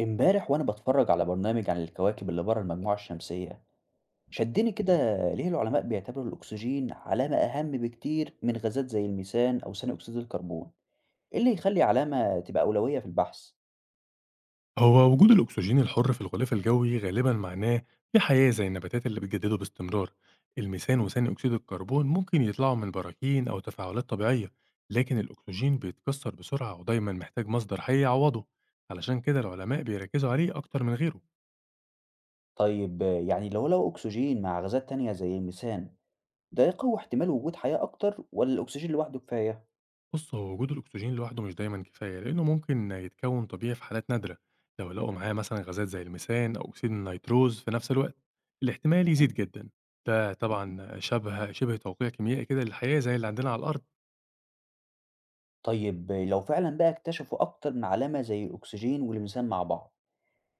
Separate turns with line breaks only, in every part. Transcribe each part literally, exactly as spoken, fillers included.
امبارح وانا بتفرج على برنامج عن الكواكب اللي بره المجموعة الشمسية، شدني كده. ليه العلماء بيعتبروا الأكسجين علامة أهم بكتير من غازات زي الميثان أو ثاني أكسيد الكربون؟ إيه اللي يخلي علامة تبقى أولوية في البحث؟
هو وجود الأكسجين الحر في الغلاف الجوي غالبا معناه في حياة زي النباتات اللي بتجدده باستمرار. الميثان وثاني أكسيد الكربون ممكن يطلعوا من براكين أو تفاعلات طبيعية، لكن الأكسجين بيتكسر بسرعة ودايما محتاج مصدر حي يعوضه. علشان كده العلماء بيركزوا عليه أكتر من غيره.
طيب يعني لو لو أكسجين مع غازات تانية زي الميثان، ده يقوي احتمال وجود حياة أكتر ولا الأكسجين لوحده كفاية؟
بص، هو وجود الأكسجين لوحده مش دايما كفاية لأنه ممكن يتكون طبيعي في حالات نادرة. لو لقوا
مهم.
معاه مثلا غازات زي الميثان أو أكسيد النيتروز في نفس الوقت، الاحتمال
تمام،
يزيد جدا. ده
تمام.
طبعا شبه شبه توقيع كيميائي كده للحياة زي اللي عندنا على الأرض.
طيب لو فعلا بقى اكتشفوا أكتر من علامة زي الأكسجين والميثان مع بعض،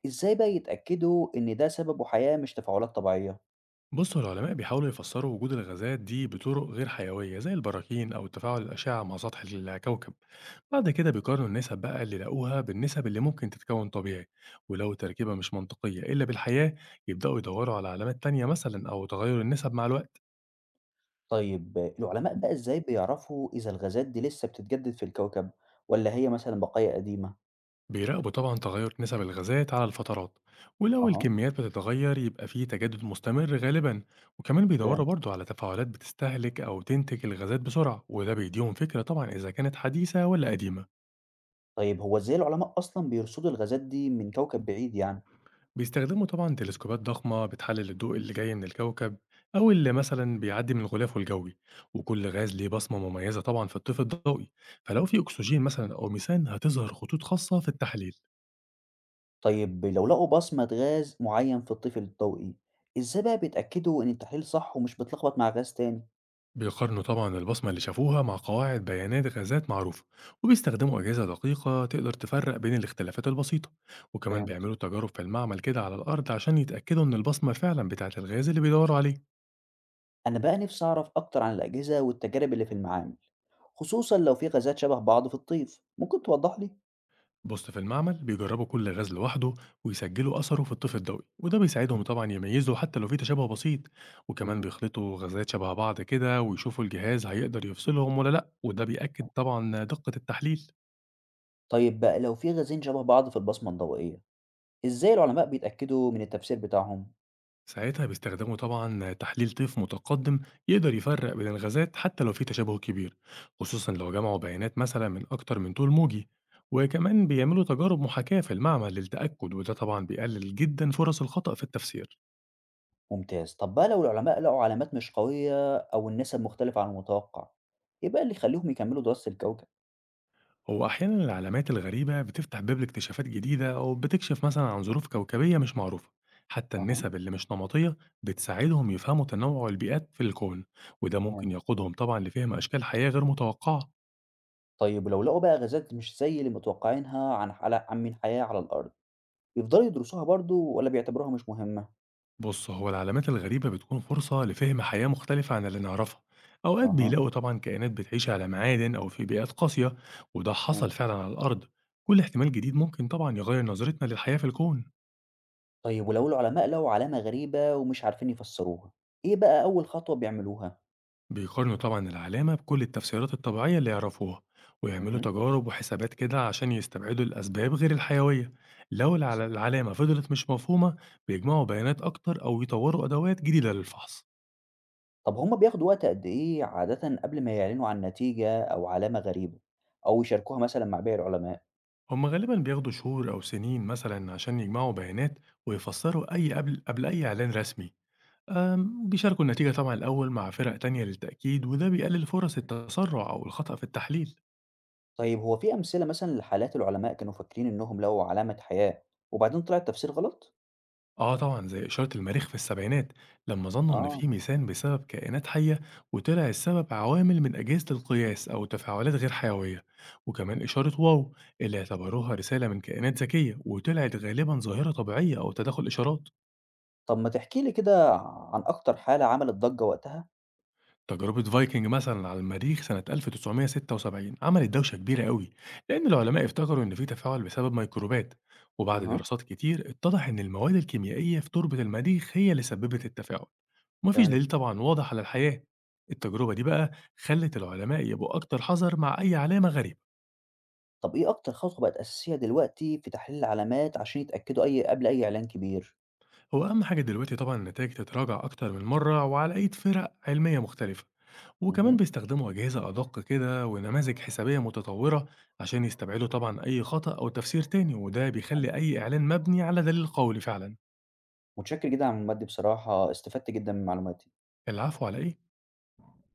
إزاي بقى يتأكدوا إن ده سببه حياة مش تفاعلات طبيعية؟
بص، هو العلماء بيحاولوا يفسروا وجود الغازات دي بطرق غير حيوية زي البراكين أو تفاعل الأشعة مع سطح الكوكب. بعد كده بيقارنوا النسب بقى اللي لقوها بالنسب اللي ممكن تتكون طبيعي، ولو التركيبة مش منطقية إلا بالحياة، يبدأوا يدوروا على علامات تانية مثلا أو تغير النسب مع الوقت.
طيب العلماء بقى إزاي بيعرفوا إذا الغازات دي لسه بتتجدد في الكوكب، ولا هي مثلًا بقايا قديمة؟
بيراقبوا طبعا تغير نسب الغازات على الفترات، ولو
أها.
الكميات بتتغير يبقى فيه تجدد مستمر غالبا. وكمان
فهمت.
بيدوروا برضو على تفاعلات بتستهلك أو تنتج الغازات بسرعة، وده بيديهم فكرة طبعا إذا كانت حديثة ولا قديمة.
طيب هو إزاي العلماء أصلًا بيرصدوا الغازات دي من كوكب بعيد يعني؟
بيستخدموا طبعا تلسكوبات ضخمة بتحلل الضوء اللي جاي من الكوكب، أو اللي
مهم.
مثلا بيعدي من غلافه الجوي. وكل غاز ليه بصمة مميزة طبعا في الطيف الضوئي، فلو في أكسجين مثلا أو ميثان هتظهر خطوط خاصة في التحليل.
طيب لو لقوا بصمة غاز معين في الطفل الضوئي، إزاي بقى بيتأكدوا إن التحليل صح ومش بيتلخبط مع غاز تاني؟
بيقارنوا طبعا البصمة اللي شافوها مع قواعد بيانات غازات معروفة، وبيستخدموا أجهزة دقيقة تقدر تفرق بين الاختلافات البسيطة. وكمان
فهمت.
بيعملوا تجارب في المعمل كده على الأرض عشان يتأكدوا إن البصمة فعلا بتاعت الغاز اللي بيدوروا عليه.
أنا بقى نفسي أعرف أكتر عن الأجهزة والتجارب اللي في المعامل، خصوصًا لو في غازات شبه بعض في الطيف، ممكن توضح لي؟
بص، في المعمل بيجربوا كل غاز لوحده ويسجلوا أثره في الطفل الضوئي، وده بيساعدهم طبعا يميزوا حتى لو في تشابه بسيط. وكمان
مهم.
بيخلطوا غازات شبه بعض كده ويشوفوا الجهاز هيقدر يفصلهم ولا لأ، وده بيأكد طبعا دقة التحليل.
طيب بقى لو في غازين شبه بعض في البصمة الضوئية، إزاي العلماء بيتأكدوا من التفسير بتاعهم؟
ساعتها بيستخدموا طبعا تحليل طيف متقدم يقدر يفرق بين الغازات حتى لو في تشابه كبير، خصوصا لو جمعوا بيانات مثلا من أكتر من طول موجي. وكمان بيعملوا تجارب محاكاة في المعمل للتأكد، وده طبعا بيقلل جدا فرص الخطأ في التفسير.
ممتاز، طب بقى لو العلماء لقوا علامات مش قوية أو النسب مختلفة عن المتوقع، إيه بقى اللي يخليهم يكملوا دراسة الكوكب؟
هو أحيانا العلامات الغريبة بتفتح باب لاكتشافات جديدة أو بتكشف مثلا عن ظروف كوكبية مش معروفة. حتى
أها.
النسب اللي مش نمطية بتساعدهم يفهموا تنوع البيئات في الكون، وده ممكن
فهمت.
يقودهم طبعا لفهم أشكال حياة غير متوقعة.
طيب ولو لقوا بقى غازات مش زي اللي متوقعينها عن على عن من حياة على الأرض، يفضلوا يدرسوها برضو ولا بيعتبروها مش مهمة؟
بص، هو العلامات الغريبة بتكون فرصة لفهم حياة مختلفة عن اللي نعرفها. أوقات
أها.
بيلاقوا طبعا كائنات بتعيش على معادن أو في بيئات قاسية، وده حصل
فهمت.
فعلا على الأرض. كل احتمال جديد ممكن طبعا يغير نظرتنا للحياة في الكون.
طيب ولو العلماء لقوا علامة غريبة ومش عارفين يفسروها، إيه بقى أول خطوة بيعملوها؟
بيقارنوا طبعا العلامة بكل التفسيرات الطبيعية اللي يعرفوها، ويعملوا
أها.
تجارب وحسابات كده عشان يستبعدوا الأسباب غير الحيوية. لو الع- العلامة فضلت مش مفهومة، بيجمعوا بيانات أكتر أو يطوروا أدوات جديدة للفحص.
طب هم بياخدوا وقت قد إيه عادةً قبل ما يعلنوا عن نتيجة أو علامة غريبة، أو يشاركوها مثلًا مع باقي العلماء؟
هما غالبا بياخدوا شهور أو سنين مثلا عشان يجمعوا بيانات ويفسروا أي قبل قبل أي إعلان رسمي. أم، بيشاركوا النتيجة طبعا الأول مع فرق تانية للتأكيد، وده بيقلل فرص التسرع أو الخطأ في التحليل.
طيب هو في أمثلة مثلًا لحالات العلماء كانوا فاكرين إنهم لقوا علامة حياة وبعدين طلع التفسير غلط؟
آه طبعًا، زي إشارة المريخ في السبعينات لمّا ظنّوا إن
آه.
في ميثان بسبب كائنات حية، وطلع السبب عوامل من أجهزة القياس أو تفاعلات غير حيوية،
اهم.
وكمان إشارة واو اللي اعتبروها رسالة من كائنات ذكية، وطلعت غالبًا ظاهرة طبيعية أو تداخل إشارات.
طب ما تحكي لي كده عن أكتر حالة عملت ضجة وقتها؟
تجربة فايكنج مثلًا على المريخ سنة ألف وتسعمائة وستة وسبعين عملت دوشة كبيرة أوي، لأن العلماء افتكروا إن في تفاعل بسبب ميكروبات، وبعد
اها.
دراسات كتير اتضح إن المواد الكيميائية في تربة المريخ هي اللي سببت التفاعل. ومفيش دليل
فهمت.
طبعًا واضح على الحياة. التجربة دي بقى خلّت العلماء يبقوا أكتر حذر مع أي علامة غريبة.
طب إيه أكتر خطوة بقت أساسية دلوقتي في تحليل العلامات عشان يتأكدوا أي قبل أي إعلان كبير؟
هو أهم حاجة دلوقتي طبعًا النتائج تتراجع أكتر من مرة وعلى أيدي فرق علمية مختلفة، وكمان
اهم.
بيستخدموا أجهزة أدق كده ونماذج حسابية متطورة عشان يستبعدوا طبعًا أي خطأ أو تفسير تاني، وده بيخلي أي إعلان مبني على دليل قولي فعلًا.
متشكر جدًا على المعلومات دي بصراحة، استفدت جدًا من معلوماتك.
العفو على إيه؟